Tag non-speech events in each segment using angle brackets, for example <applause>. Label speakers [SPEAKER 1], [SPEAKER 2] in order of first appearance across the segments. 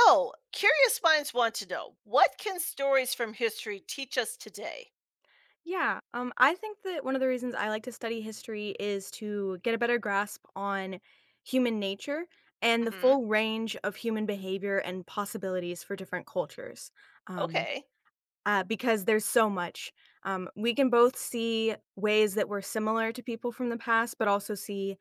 [SPEAKER 1] So, curious minds want to know what can stories from history teach us today?
[SPEAKER 2] Yeah, I think that one of the reasons I like to study history is to get a better grasp on human nature and the
[SPEAKER 1] Hmm.
[SPEAKER 2] full range of human behavior and possibilities for different cultures. Um,
[SPEAKER 1] Okay.
[SPEAKER 2] because there's so much. We can both see ways that we're similar to people from the past, but also see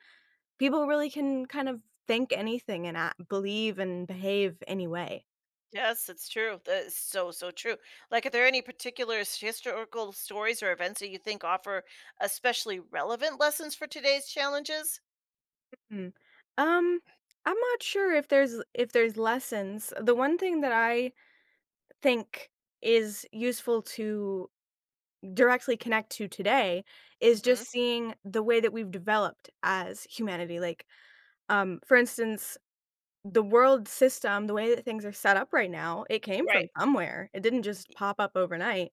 [SPEAKER 2] people really can kind of think anything and act, believe and behave anyway.
[SPEAKER 1] Yes, it's true. That is so, so true. Like, are there any particular historical stories or events that you think offer especially relevant lessons for today's challenges?
[SPEAKER 2] Hmm. Um, I'm not sure if there's lessons. The one thing that I think is useful to directly connect to today is just
[SPEAKER 1] Hmm.
[SPEAKER 2] seeing the way that we've developed as humanity. For instance, the world system, the way that things are set up right now, it came
[SPEAKER 1] Right,
[SPEAKER 2] from somewhere. It didn't just pop up overnight.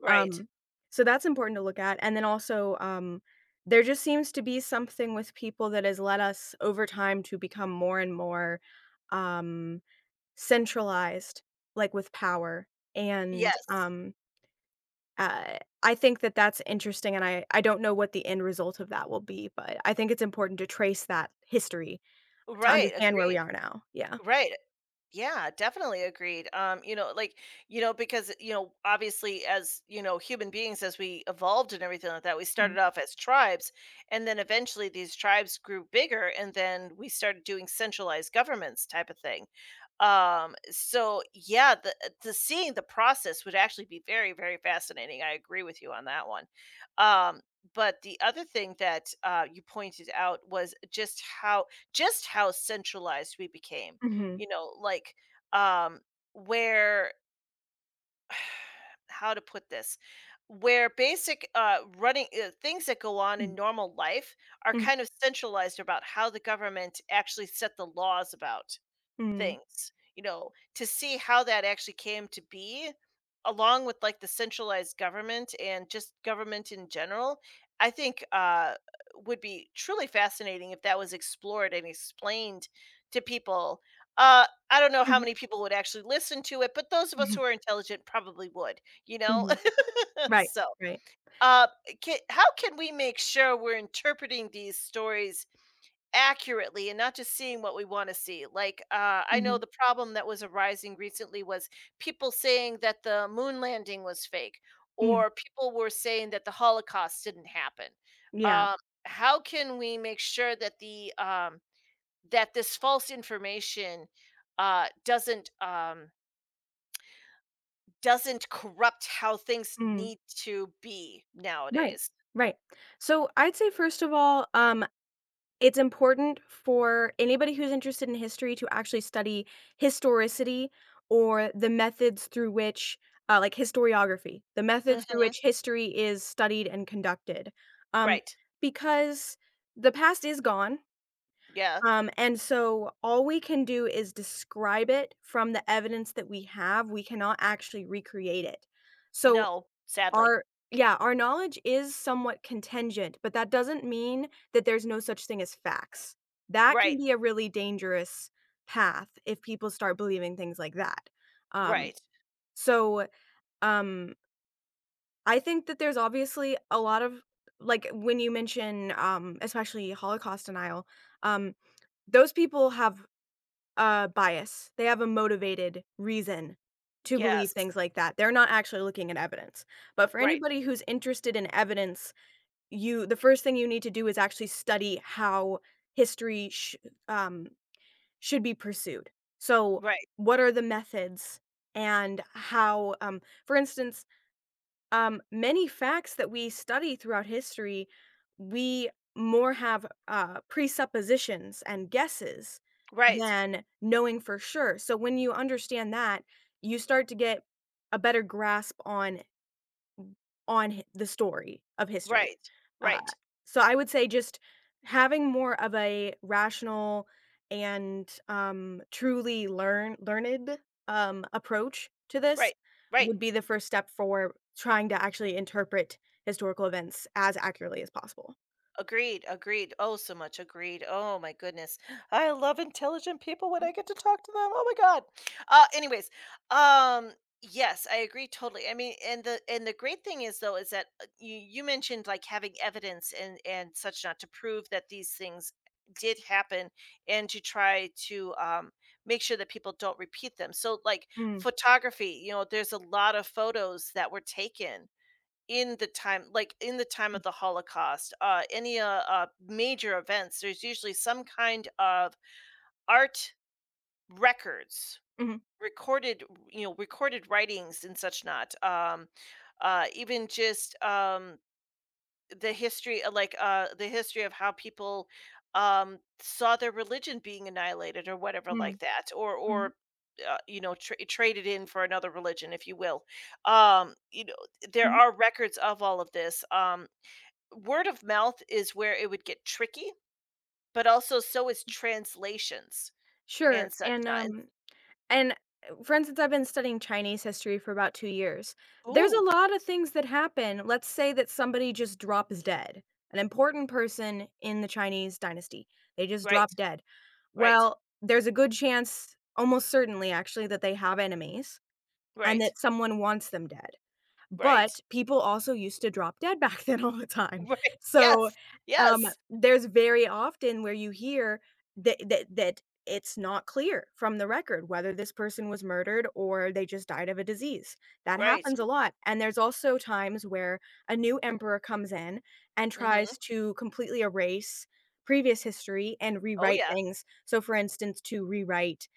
[SPEAKER 1] right.
[SPEAKER 2] Um, so that's important to look at. And then also, there just seems to be something with people that has led us over time to become more and more um, centralized, like with power. And
[SPEAKER 1] Yes.
[SPEAKER 2] I think that that's interesting, and I don't know what the end result of that will be, but I think it's important to trace that history to
[SPEAKER 1] Right.
[SPEAKER 2] understand where we
[SPEAKER 1] Agreed.
[SPEAKER 2] are now. Yeah.
[SPEAKER 1] Right. Yeah, definitely agreed. You know, like, you know, because, you know, Obviously, human beings, as we evolved and everything like that, we
[SPEAKER 2] Mhm.
[SPEAKER 1] started off as tribes, and then eventually these tribes grew bigger and then we started doing centralized governments type of thing. So yeah, the seeing the process would actually be very, very fascinating. I agree with you on that one. Um, but the other thing that you pointed out was just how centralized we became,
[SPEAKER 2] Mhm.
[SPEAKER 1] you know, like, um, where, <sighs> how to put this? Where basic, running things that go on in
[SPEAKER 2] Mm.
[SPEAKER 1] normal life are
[SPEAKER 2] Mm.
[SPEAKER 1] kind of centralized about how the government actually set the laws about
[SPEAKER 2] Mm.
[SPEAKER 1] things, you know, to see how that actually came to be, along with like the centralized government and just government in general, I think would be truly fascinating if that was explored and explained to people. I don't know how
[SPEAKER 2] Mhm.
[SPEAKER 1] many people would actually listen to it, but those of us who
[SPEAKER 2] Mhm.
[SPEAKER 1] are intelligent probably would, you know?
[SPEAKER 2] Mhm.
[SPEAKER 1] <laughs>
[SPEAKER 2] Right.
[SPEAKER 1] so,
[SPEAKER 2] Right.
[SPEAKER 1] uh, ca How can we make sure we're interpreting these stories accurately and not just seeing what we want to see? Like, I know
[SPEAKER 2] Mhm.
[SPEAKER 1] the problem that was arising recently was people saying that the moon landing was fake,
[SPEAKER 2] Mm.
[SPEAKER 1] or people were saying that the Holocaust didn't happen.
[SPEAKER 2] Yeah.
[SPEAKER 1] Um, how can we make sure that the that this false information doesn't, doesn't corrupt how things
[SPEAKER 2] Mm.
[SPEAKER 1] need to be
[SPEAKER 2] Right.
[SPEAKER 1] nowadays?
[SPEAKER 2] Right. So I'd say first of all, it's important for anybody who's interested in history to actually study historicity or the methods through which, like historiography, the methods through
[SPEAKER 1] Hmm.
[SPEAKER 2] which history is studied and conducted. Um,
[SPEAKER 1] Right.
[SPEAKER 2] because the past is gone,
[SPEAKER 1] Yeah.
[SPEAKER 2] and so all we can do is describe it from the evidence that we have. We cannot actually recreate it. So
[SPEAKER 1] No. Sadly.
[SPEAKER 2] our yeah, our knowledge is somewhat contingent, but that doesn't mean that there's no such thing as facts. That can
[SPEAKER 1] Right.
[SPEAKER 2] be a really dangerous path if people start believing things like that. Um,
[SPEAKER 1] Right.
[SPEAKER 2] so, um, I think that there's obviously a lot of like when you mention, especially Holocaust denial, um, those people have a bias. They have a motivated reason to believe
[SPEAKER 1] Yes.
[SPEAKER 2] things like that. They're not actually looking at evidence. But for
[SPEAKER 1] Right,
[SPEAKER 2] anybody who's interested in evidence you the first thing you need to do is actually study how history sh um, should be pursued. So,
[SPEAKER 1] right,
[SPEAKER 2] what are the methods and how, for instance, many facts that we study throughout history, we more have, presuppositions and guesses
[SPEAKER 1] right,
[SPEAKER 2] than knowing for sure. So, when you understand that, you start to get a better grasp on hi the story of history.
[SPEAKER 1] right,
[SPEAKER 2] Uh,
[SPEAKER 1] right,
[SPEAKER 2] so I would say just having more of a rational and, truly learned approach to this
[SPEAKER 1] right, right.
[SPEAKER 2] would be the first step for trying to actually interpret historical events as accurately as possible.
[SPEAKER 1] Agreed, agreed. Oh, so much agreed. Oh my goodness. I love intelligent people when
[SPEAKER 2] Mm,
[SPEAKER 1] I get to talk to them. Oh my god. Uh, anyways, um, yes, I agree totally. I mean, and the great thing is though is that you you mentioned like having evidence and such not to prove that these things did happen and to try to, um, make sure that people don't repeat them. So like
[SPEAKER 2] mhm,
[SPEAKER 1] photography, you know, there's a lot of photos that were taken in the time, like in the time of the holocaust, any major events, there's usually some kind of art, records,
[SPEAKER 2] mm,
[SPEAKER 1] recorded, you know, recorded writings and such not. Um, even just, um, the history, like the history of how people, um, saw their religion being annihilated or whatever like
[SPEAKER 2] mhm,
[SPEAKER 1] that, or
[SPEAKER 2] mhm.
[SPEAKER 1] or you know, traded in for another religion, if you will, um, you know, there are records of all of this. Um, word of mouth is where it would get tricky, but also so is translations
[SPEAKER 2] Sure,
[SPEAKER 1] and such not, and
[SPEAKER 2] And, for instance, I've been studying Chinese history for about 2 years. There's a
[SPEAKER 1] Ooh,
[SPEAKER 2] lot of things that happen. Let's say that somebody just drops dead, an important person in the Chinese dynasty. They just
[SPEAKER 1] right,
[SPEAKER 2] drop dead.
[SPEAKER 1] right,
[SPEAKER 2] Well, there's a good chance, almost certainly actually, that they have enemies and
[SPEAKER 1] right,
[SPEAKER 2] that someone wants them dead. But
[SPEAKER 1] right,
[SPEAKER 2] people also used to drop dead back <laughs> then all the
[SPEAKER 1] <laughs>
[SPEAKER 2] time.
[SPEAKER 1] right,
[SPEAKER 2] So,
[SPEAKER 1] yes,
[SPEAKER 2] um,
[SPEAKER 1] yes,
[SPEAKER 2] there's very often where you hear that it's not clear from the record whether this person was murdered or they just died of a disease. That
[SPEAKER 1] right,
[SPEAKER 2] happens a lot, and there's also times where a new emperor comes in and tries
[SPEAKER 1] mhm,
[SPEAKER 2] to completely erase previous history and
[SPEAKER 1] oh
[SPEAKER 2] rewrite
[SPEAKER 1] yeah,
[SPEAKER 2] things. So, for instance, to rewrite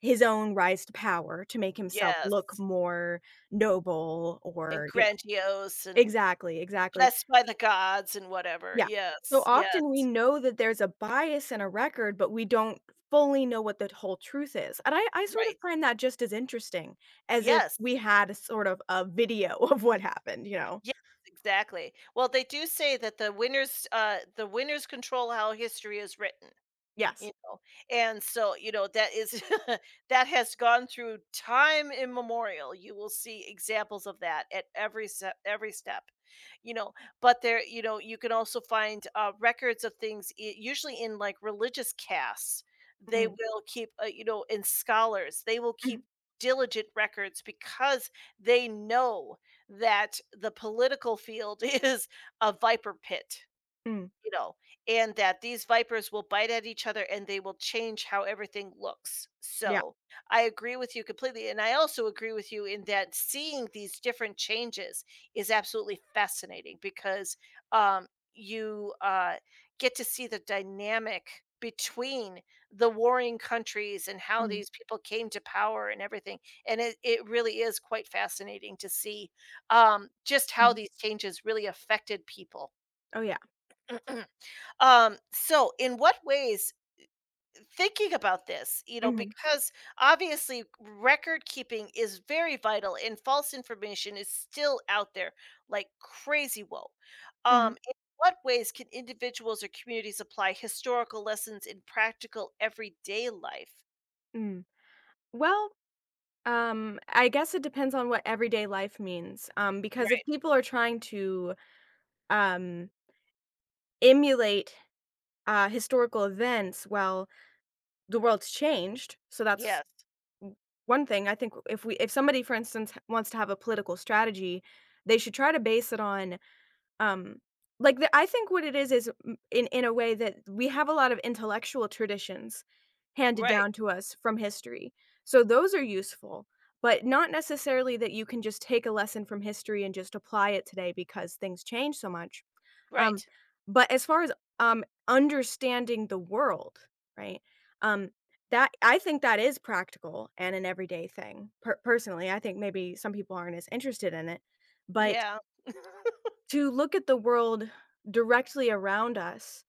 [SPEAKER 2] his own rise to power to make himself look
[SPEAKER 1] yes,
[SPEAKER 2] more noble
[SPEAKER 1] and
[SPEAKER 2] or, you
[SPEAKER 1] grandiose and
[SPEAKER 2] exactly, exactly.
[SPEAKER 1] blessed by the gods and whatever,
[SPEAKER 2] Yeah. So
[SPEAKER 1] yes, yes,
[SPEAKER 2] often we know that there's a bias in a record, but we don't fully know what the whole truth is. And I sort of
[SPEAKER 1] right,
[SPEAKER 2] find that just as interesting as if
[SPEAKER 1] yes,
[SPEAKER 2] we had a sort of a video <laughs> of what happened, you know?
[SPEAKER 1] yes, exactly. Well, they do say that the winners control how history is written.
[SPEAKER 2] Yes.
[SPEAKER 1] You know, and so you know that is, <laughs> that has gone through time immemorial. You will see examples of that at every step, every step, you know, but there, you know, you can also find, records of things, usually in like religious casts they
[SPEAKER 2] Mm,
[SPEAKER 1] will keep, you know, in scholars, they will keep
[SPEAKER 2] mhm,
[SPEAKER 1] diligent records because they know that the political field <laughs> is a viper pit,
[SPEAKER 2] mm,
[SPEAKER 1] you know, and that these vipers will bite at each other and they will change how everything looks.
[SPEAKER 2] yeah,
[SPEAKER 1] So I agree with you completely. And I also agree with you in that seeing these different changes is absolutely fascinating because, um, you get to see the dynamic between the warring countries and how
[SPEAKER 2] mm,
[SPEAKER 1] these people came to power and everything. And it really is quite fascinating to see, just how
[SPEAKER 2] mm.
[SPEAKER 1] these changes really affected people.
[SPEAKER 2] Oh, yeah.
[SPEAKER 1] <clears throat> So in what ways, thinking about this, you know,
[SPEAKER 2] Mhm,
[SPEAKER 1] because obviously record keeping is very vital and false information is still out there like crazy woe.
[SPEAKER 2] mhm,
[SPEAKER 1] In what ways can individuals or communities apply historical lessons in practical everyday life?
[SPEAKER 2] mm. Well, I guess it depends on what everyday life means, because if
[SPEAKER 1] Right.
[SPEAKER 2] people are trying to, um, emulate, historical events, well the world's changed, so that's
[SPEAKER 1] Yes.
[SPEAKER 2] one thing. I think if somebody, for instance, wants to have a political strategy, they should try to base it on, um, like, the I think what it is m in a way that we have a lot of intellectual traditions handed
[SPEAKER 1] Right.
[SPEAKER 2] down to us from history, so those are useful, but not necessarily that you can just take a lesson from history and just apply it today because things change so much. Um,
[SPEAKER 1] Right.
[SPEAKER 2] but as far as, understanding the world, right? Um, that I think that is practical and an everyday thing. Personally, I think maybe some people aren't as interested in it, but
[SPEAKER 1] Yeah. <laughs>
[SPEAKER 2] to look at the world directly around us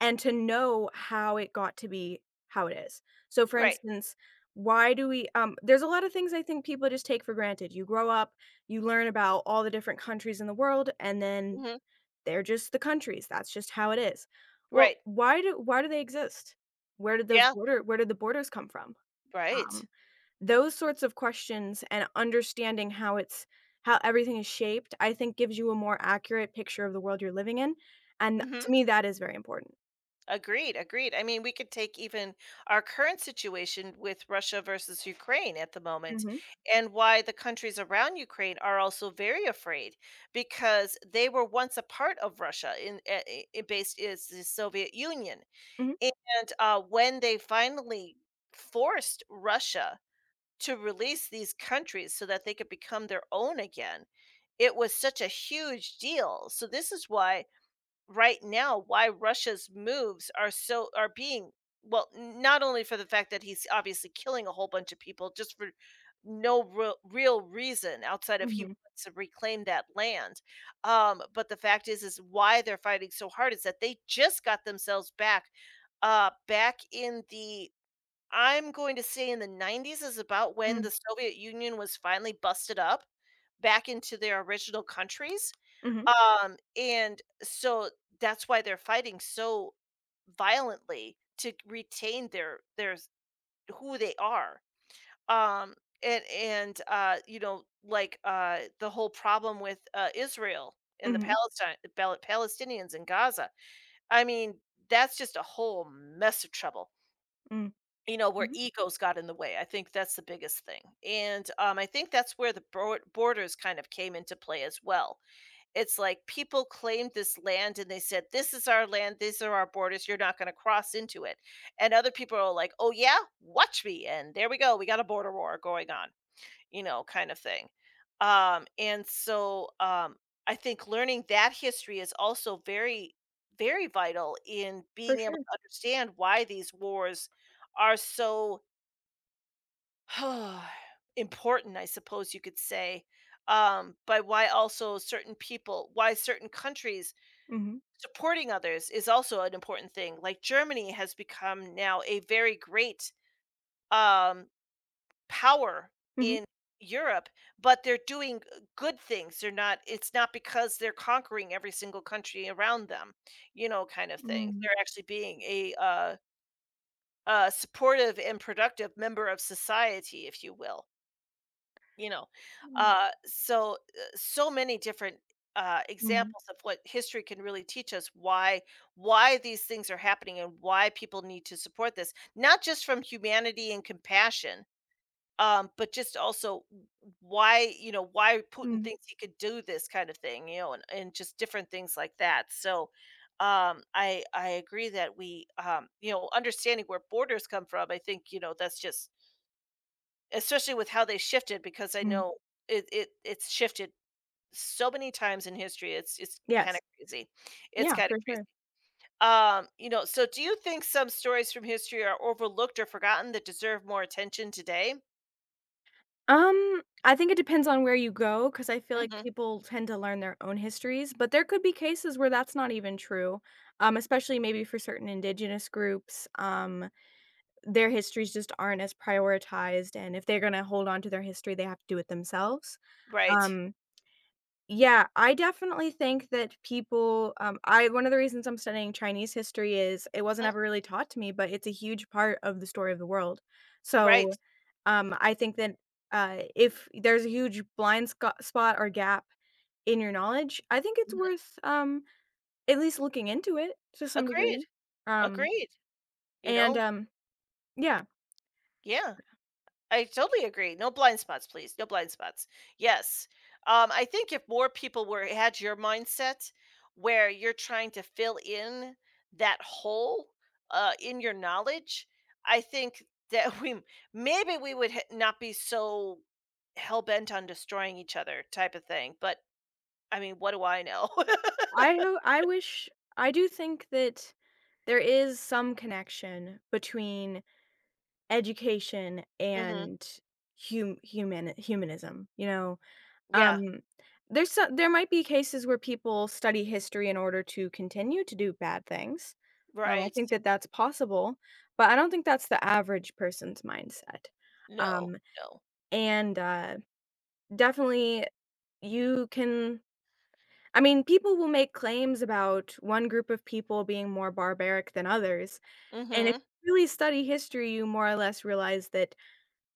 [SPEAKER 2] and to know how it got to be how it is. So, for
[SPEAKER 1] Right.
[SPEAKER 2] instance, why do we there's a lot of things I think people just take for granted. You grow up, you learn about all the different countries in the world, and then
[SPEAKER 1] Hmm.
[SPEAKER 2] they're just the countries, that's just how it is. Well,
[SPEAKER 1] Right.
[SPEAKER 2] why do they exist?
[SPEAKER 1] Yeah.
[SPEAKER 2] Where did the borders come from?
[SPEAKER 1] Right.
[SPEAKER 2] Um, those sorts of questions and understanding how everything is shaped, I think gives you a more accurate picture of the world you're living in, and
[SPEAKER 1] Hmm.
[SPEAKER 2] to me, that is very important.
[SPEAKER 1] Agreed, agreed. I mean, we could take even our current situation with Russia versus Ukraine at the moment,
[SPEAKER 2] Mhm,
[SPEAKER 1] and why the countries around Ukraine are also very afraid because they were once a part of Russia in, based is the Soviet Union.
[SPEAKER 2] mhm,
[SPEAKER 1] And, when they finally forced Russia to release these countries so that they could become their own again, it was such a huge deal. So this is why right now why Russia's moves are so are being, well, not only for the fact that he's obviously killing a whole bunch of people just for no real, real reason outside of he
[SPEAKER 2] mhm,
[SPEAKER 1] wants to reclaim that land, um, but the fact is why they're fighting so hard is that they just got themselves back, back in the, I'm going to say in the 90s is about when
[SPEAKER 2] mm,
[SPEAKER 1] the Soviet Union was finally busted up back into their original countries.
[SPEAKER 2] mhm,
[SPEAKER 1] Um, and so that's why they're fighting so violently to retain their s who they are. Um, and, you know, like, the whole problem with, Israel and the
[SPEAKER 2] mhm,
[SPEAKER 1] Palestine Palestinians in Gaza. I mean, that's just a whole mess of trouble,
[SPEAKER 2] mm,
[SPEAKER 1] you know, where
[SPEAKER 2] mhm,
[SPEAKER 1] egos got in the way. I think that's the biggest thing. And, I think that's where the borders kind of came into play as well. It's like people claimed this land and they said, "This is our land, these are our borders, you're not gonna cross into it." And other people are like, "Oh yeah, watch me." And there we go, we got a border war going on, you know, kind of thing. And so I think learning that history is also very, very vital in
[SPEAKER 2] for
[SPEAKER 1] being able
[SPEAKER 2] sure.
[SPEAKER 1] to understand why these wars are so <sighs> important, I suppose you could say, by why also certain people, why certain countries
[SPEAKER 2] Mhm,
[SPEAKER 1] supporting others is also an important thing. Like Germany has become now a very great, um, power
[SPEAKER 2] mhm,
[SPEAKER 1] in Europe, but they're doing good things. They're not. It's not because they're conquering every single country around them, you know, kind of thing.
[SPEAKER 2] mm,
[SPEAKER 1] They're actually being a, supportive and productive member of society, if you will. You know,
[SPEAKER 2] mm,
[SPEAKER 1] so, so many different,
[SPEAKER 2] mhm,
[SPEAKER 1] examples of what history can really teach us, why these things are happening and why people need to support this, not just from humanity and compassion, but just also w why, you know, why Putin
[SPEAKER 2] mm,
[SPEAKER 1] thinks he could do this kind of thing, you know, and just different things like that. So, I agree that we, you know, understanding where borders come from, I think, you know, that's just, especially with how they shifted, because I
[SPEAKER 2] mm.
[SPEAKER 1] know it's shifted so many times in history, it's kinda
[SPEAKER 2] Yes.
[SPEAKER 1] crazy. It's
[SPEAKER 2] Yeah,
[SPEAKER 1] kinda
[SPEAKER 2] for
[SPEAKER 1] crazy.
[SPEAKER 2] sure.
[SPEAKER 1] You know, so do you think some stories from history are overlooked or forgotten that deserve more attention today?
[SPEAKER 2] I think it depends on where you go because I feel like
[SPEAKER 1] Mhm.
[SPEAKER 2] people tend to learn their own histories, but there could be cases where that's not even true, especially maybe for certain indigenous groups, their histories just aren't as prioritized, and if they're gonna hold on to their history, they have to do it themselves,
[SPEAKER 1] Right.
[SPEAKER 2] um yeah, I definitely think that people I one of the reasons I'm studying Chinese history is it wasn't
[SPEAKER 1] Mhm.
[SPEAKER 2] ever really taught to me, but it's a huge part of the story of the world. So,
[SPEAKER 1] Right.
[SPEAKER 2] I think that if there's a huge blind spot or gap in your knowledge, I think it's
[SPEAKER 1] Mhm.
[SPEAKER 2] worth at least looking into it to some
[SPEAKER 1] Agreed,
[SPEAKER 2] degree. Um,
[SPEAKER 1] agreed, you
[SPEAKER 2] and
[SPEAKER 1] know?
[SPEAKER 2] yeah,
[SPEAKER 1] Yeah. I totally agree. No blind spots, please. No blind spots. Yes. I think if more people were had your mindset where you're trying to fill in that hole, in your knowledge, I think that <laughs> we, maybe we would not be so hell bent on destroying each other type of thing. But I mean, what do I know?
[SPEAKER 2] I wish I do think that there is some connection between education
[SPEAKER 1] <laughs> Hmm.
[SPEAKER 2] and human humanism, you know?
[SPEAKER 1] Yeah.
[SPEAKER 2] Um, there's so there might be cases where people study history in order to continue to do bad things. I
[SPEAKER 1] Right.
[SPEAKER 2] think that that's possible, but I don't think that's the average person's mindset.
[SPEAKER 1] No.
[SPEAKER 2] Um,
[SPEAKER 1] No.
[SPEAKER 2] and, uh, Definitely you can I mean, people will make claims about one group of people being more barbaric than others, and if
[SPEAKER 1] Hmm.
[SPEAKER 2] you really study history, you more or less realize that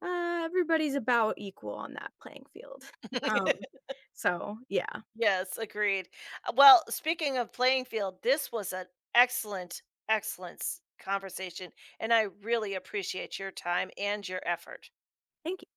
[SPEAKER 2] everybody's about equal on that playing field. <laughs> Um,
[SPEAKER 1] <laughs>
[SPEAKER 2] so yeah.
[SPEAKER 1] Yes, agreed. Well, speaking of playing field, this was an excellent, excellent conversation, and I really appreciate your time and your effort.
[SPEAKER 2] Thank you.